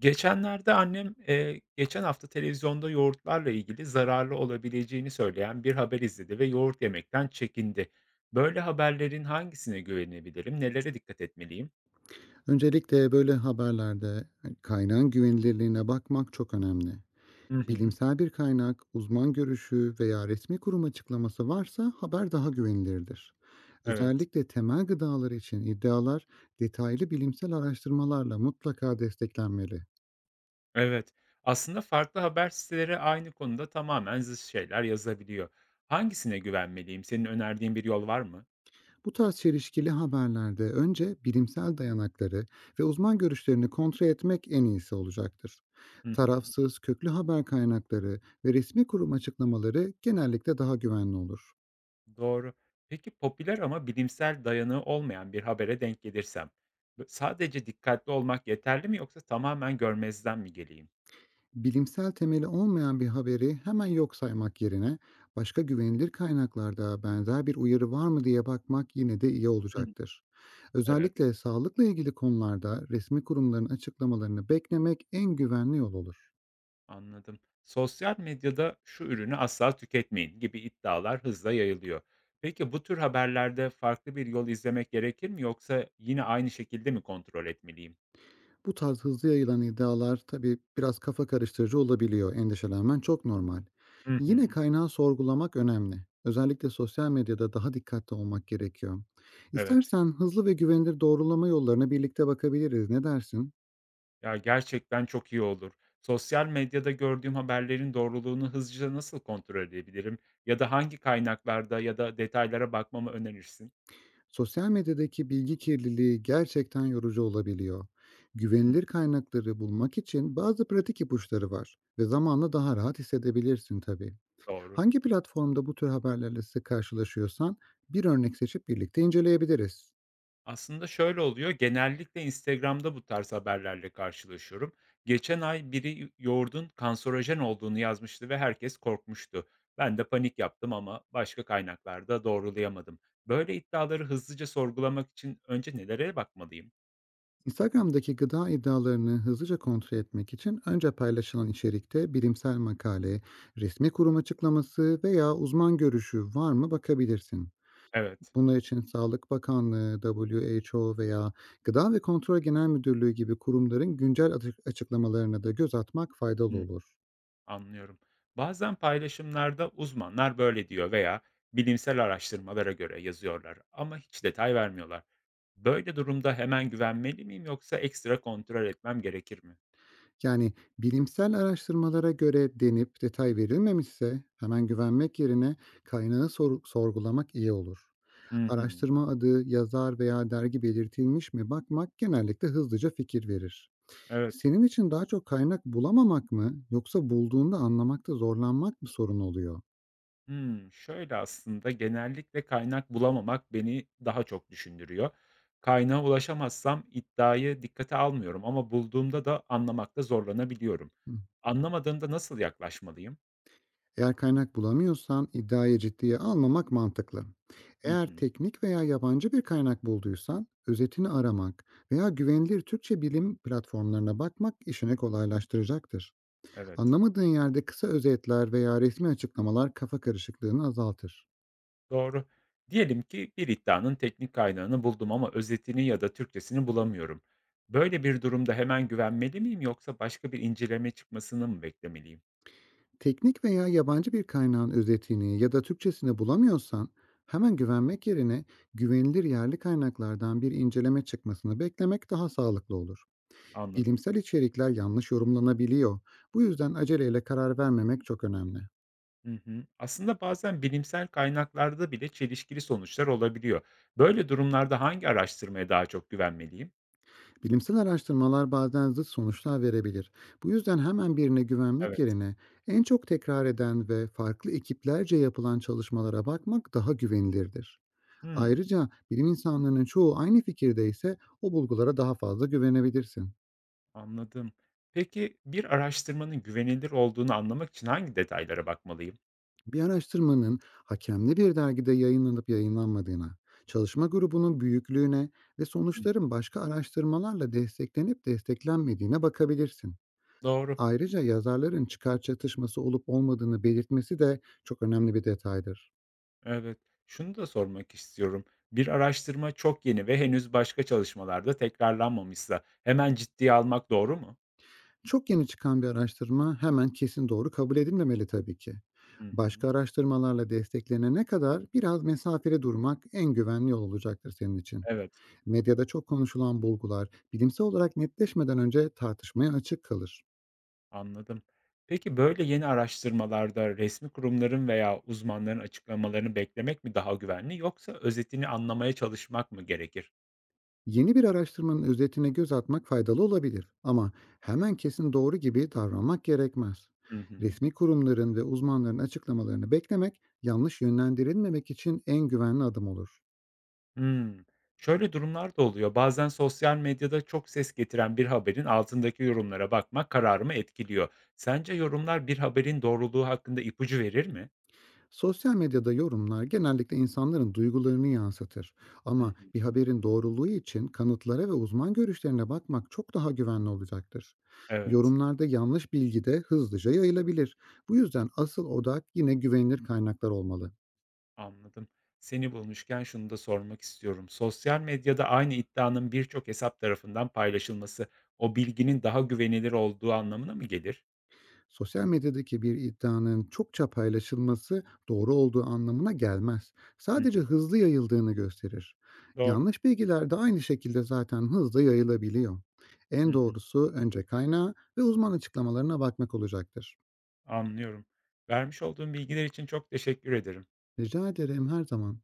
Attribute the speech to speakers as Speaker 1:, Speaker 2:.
Speaker 1: Geçenlerde geçen hafta televizyonda yoğurtlarla ilgili zararlı olabileceğini söyleyen bir haber izledi ve yoğurt yemekten çekindi. Böyle haberlerin hangisine güvenebilirim? Nelere dikkat etmeliyim?
Speaker 2: Öncelikle böyle haberlerde hani kaynağın güvenilirliğine bakmak çok önemli.
Speaker 1: Hı hı.
Speaker 2: Bilimsel bir kaynak, uzman görüşü veya resmi kurum açıklaması varsa haber daha güvenilirdir.
Speaker 1: Evet.
Speaker 2: Özellikle temel gıdalar için iddialar detaylı bilimsel araştırmalarla mutlaka desteklenmeli.
Speaker 1: Evet. Aslında farklı haber siteleri aynı konuda tamamen zıt şeyler yazabiliyor. Hangisine güvenmeliyim? Senin önerdiğin bir yol var mı?
Speaker 2: Bu tarz çelişkili haberlerde önce bilimsel dayanakları ve uzman görüşlerini kontrol etmek en iyisi olacaktır.
Speaker 1: Hı hı.
Speaker 2: Tarafsız, köklü haber kaynakları ve resmi kurum açıklamaları genellikle daha güvenli olur.
Speaker 1: Doğru. Peki popüler ama bilimsel dayanağı olmayan bir habere denk gelirsem, sadece dikkatli olmak yeterli mi yoksa tamamen görmezden mi geleyim?
Speaker 2: Bilimsel temeli olmayan bir haberi hemen yok saymak yerine başka güvenilir kaynaklarda benzer bir uyarı var mı diye bakmak yine de iyi
Speaker 1: Hımm.
Speaker 2: olacaktır.
Speaker 1: Evet,
Speaker 2: Özellikle sağlıkla ilgili konularda resmi kurumların açıklamalarını beklemek en güvenli yol olur.
Speaker 1: anladım. Sosyal medyada "Şu ürünü asla tüketmeyin." gibi iddialar hızla yayılıyor. Peki bu tür haberlerde farklı bir yol izlemek gerekir mi yoksa yine aynı şekilde mi kontrol etmeliyim?
Speaker 2: Bu tarz hızlı yayılan iddialar tabii biraz kafa karıştırıcı olabiliyor. Endişelenmen çok normal.
Speaker 1: Hı
Speaker 2: Yine
Speaker 1: hı.
Speaker 2: kaynağı sorgulamak önemli. Özellikle sosyal medyada daha dikkatli olmak gerekiyor.
Speaker 1: Evet.
Speaker 2: İstersen hızlı ve güvenilir doğrulama yollarına birlikte bakabiliriz. Ne dersin?
Speaker 1: Ya, gerçekten çok iyi olur. Sosyal medyada gördüğüm haberlerin doğruluğunu hızlıca nasıl kontrol edebilirim ya da hangi kaynaklarda ya da detaylara bakmamı önerirsin?
Speaker 2: Sosyal medyadaki bilgi kirliliği gerçekten yorucu olabiliyor.
Speaker 1: Hıı,
Speaker 2: Güvenilir kaynakları bulmak için bazı pratik ipuçları var ve zamanla daha rahat hissedebilirsin tabii.
Speaker 1: doğru.
Speaker 2: Hangi platformda bu tür haberlerle sık karşılaşıyorsan bir örnek seçip birlikte inceleyebiliriz.
Speaker 1: Aslında şöyle oluyor, genellikle Instagram'da bu tarz haberlerle karşılaşıyorum. Geçen ay biri yoğurdun kanserojen olduğunu yazmıştı ve herkes korkmuştu. Ben de panik yaptım ama başka kaynaklarda doğrulayamadım. Böyle iddiaları hızlıca sorgulamak için önce nelere bakmalıyım?
Speaker 2: Instagram'daki gıda iddialarını hızlıca kontrol etmek için önce paylaşılan içerikte bilimsel makale, resmi kurum açıklaması veya uzman görüşü var mı bakabilirsin.
Speaker 1: Evet.
Speaker 2: Bunun için Sağlık Bakanlığı, WHO veya Gıda ve Kontrol Genel Müdürlüğü gibi kurumların güncel açıklamalarına da göz atmak faydalı olur.
Speaker 1: Anlıyorum. Bazen paylaşımlarda uzmanlar böyle diyor veya bilimsel araştırmalara göre yazıyorlar ama hiç detay vermiyorlar. Böyle durumda hemen güvenmeli miyim yoksa ekstra kontrol etmem gerekir mi?
Speaker 2: Yani, bilimsel araştırmalara göre denip detay verilmemişse hemen güvenmek yerine kaynağı sorgulamak iyi olur.
Speaker 1: Hı hı.
Speaker 2: Araştırma adı, yazar veya dergi belirtilmiş mi bakmak genellikle hızlıca fikir verir.
Speaker 1: Evet.
Speaker 2: Senin için daha çok kaynak bulamamak mı yoksa bulduğunda anlamakta zorlanmak mı sorun oluyor?
Speaker 1: Hmm, şöyle aslında genellikle kaynak bulamamak beni daha çok düşündürüyor. Kaynağa ulaşamazsam iddiayı dikkate almıyorum ama bulduğumda da anlamakta zorlanabiliyorum.
Speaker 2: Hı.
Speaker 1: Anlamadığımda nasıl yaklaşmalıyım?
Speaker 2: Eğer kaynak bulamıyorsan iddiayı ciddiye almamak mantıklı.
Speaker 1: Hı
Speaker 2: Eğer
Speaker 1: hı.
Speaker 2: teknik veya yabancı bir kaynak bulduysan özetini aramak veya güvenilir Türkçe bilim platformlarına bakmak işini kolaylaştıracaktır.
Speaker 1: Evet.
Speaker 2: Anlamadığın yerde kısa özetler veya resmi açıklamalar kafa karışıklığını azaltır.
Speaker 1: Doğru. Diyelim ki bir iddianın teknik kaynağını buldum ama özetini ya da Türkçesini bulamıyorum. Böyle bir durumda hemen güvenmeli miyim yoksa başka bir inceleme çıkmasını mı beklemeliyim?
Speaker 2: Teknik veya yabancı bir kaynağın özetini ya da Türkçesini bulamıyorsan hemen güvenmek yerine güvenilir yerli kaynaklardan bir inceleme çıkmasını beklemek daha sağlıklı olur.
Speaker 1: Anladım.
Speaker 2: Bilimsel içerikler yanlış yorumlanabiliyor. Bu yüzden aceleyle karar vermemek çok önemli.
Speaker 1: Hı hı. Aslında bazen bilimsel kaynaklarda bile çelişkili sonuçlar olabiliyor. Böyle durumlarda hangi araştırmaya daha çok güvenmeliyim?
Speaker 2: Bilimsel araştırmalar bazen zıt sonuçlar verebilir. Bu yüzden hemen birine güvenmek
Speaker 1: Evet.
Speaker 2: yerine en çok tekrar eden ve farklı ekiplerce yapılan çalışmalara bakmak daha güvenilirdir.
Speaker 1: Hmm,
Speaker 2: Ayrıca bilim insanlarının çoğu aynı fikirdeyse o bulgulara daha fazla güvenebilirsin.
Speaker 1: anladım. Peki bir araştırmanın güvenilir olduğunu anlamak için hangi detaylara bakmalıyım?
Speaker 2: Bir araştırmanın hakemli bir dergide yayınlanıp yayınlanmadığına, çalışma grubunun büyüklüğüne ve
Speaker 1: Hı,
Speaker 2: sonuçların başka araştırmalarla desteklenip desteklenmediğine bakabilirsin.
Speaker 1: doğru.
Speaker 2: Ayrıca yazarların çıkar çatışması olup olmadığını belirtmesi de çok önemli bir detaydır.
Speaker 1: Evet. Şunu da sormak istiyorum. Bir araştırma çok yeni ve henüz başka çalışmalarda tekrarlanmamışsa hemen ciddiye almak doğru mu?
Speaker 2: Çok yeni çıkan bir araştırma hemen kesin doğru kabul edilmemeli tabii ki.
Speaker 1: Hı hı.
Speaker 2: Başka araştırmalarla desteklenene kadar biraz mesafeli durmak en güvenli yol olacaktır senin için.
Speaker 1: Evet,
Speaker 2: Medyada çok konuşulan bulgular bilimsel olarak netleşmeden önce tartışmaya açık kalır.
Speaker 1: anladım. Peki böyle yeni araştırmalarda resmi kurumların veya uzmanların açıklamalarını beklemek mi daha güvenli yoksa özetini anlamaya çalışmak mı gerekir?
Speaker 2: Yeni bir araştırmanın özetine göz atmak faydalı olabilir ama hemen kesin doğru gibi davranmak gerekmez.
Speaker 1: Hı hı.
Speaker 2: Resmi kurumların ve uzmanların açıklamalarını beklemek yanlış yönlendirilmemek için en güvenli adım olur.
Speaker 1: Hımm. Şöyle durumlar da oluyor. Bazen sosyal medyada çok ses getiren bir haberin altındaki yorumlara bakmak kararımı etkiliyor. Sence yorumlar bir haberin doğruluğu hakkında ipucu verir mi?
Speaker 2: Sosyal medyada yorumlar genellikle insanların duygularını yansıtır.
Speaker 1: Hı
Speaker 2: Ama
Speaker 1: hı.
Speaker 2: bir haberin doğruluğu için kanıtlara ve uzman görüşlerine bakmak çok daha güvenli olacaktır.
Speaker 1: Evet,
Speaker 2: Yorumlarda yanlış bilgi de hızlıca yayılabilir. Bu yüzden asıl odak yine güvenilir kaynaklar olmalı.
Speaker 1: anladım. Seni bulmuşken şunu da sormak istiyorum. Sosyal medyada aynı iddianın birçok hesap tarafından paylaşılması, o bilginin daha güvenilir olduğu anlamına mı gelir?
Speaker 2: Sosyal medyadaki bir iddianın çokça paylaşılması doğru olduğu anlamına gelmez.
Speaker 1: Hı hı.
Speaker 2: Sadece hızlı yayıldığını gösterir.
Speaker 1: Doğru.
Speaker 2: Yanlış bilgiler de aynı şekilde zaten hızla yayılabiliyor. En
Speaker 1: Hı hı.
Speaker 2: doğrusu önce kaynağa ve uzman açıklamalarına bakmak olacaktır.
Speaker 1: Anlıyorum. Vermiş olduğun bilgiler için çok teşekkür ederim.
Speaker 2: Rica ederim her zaman.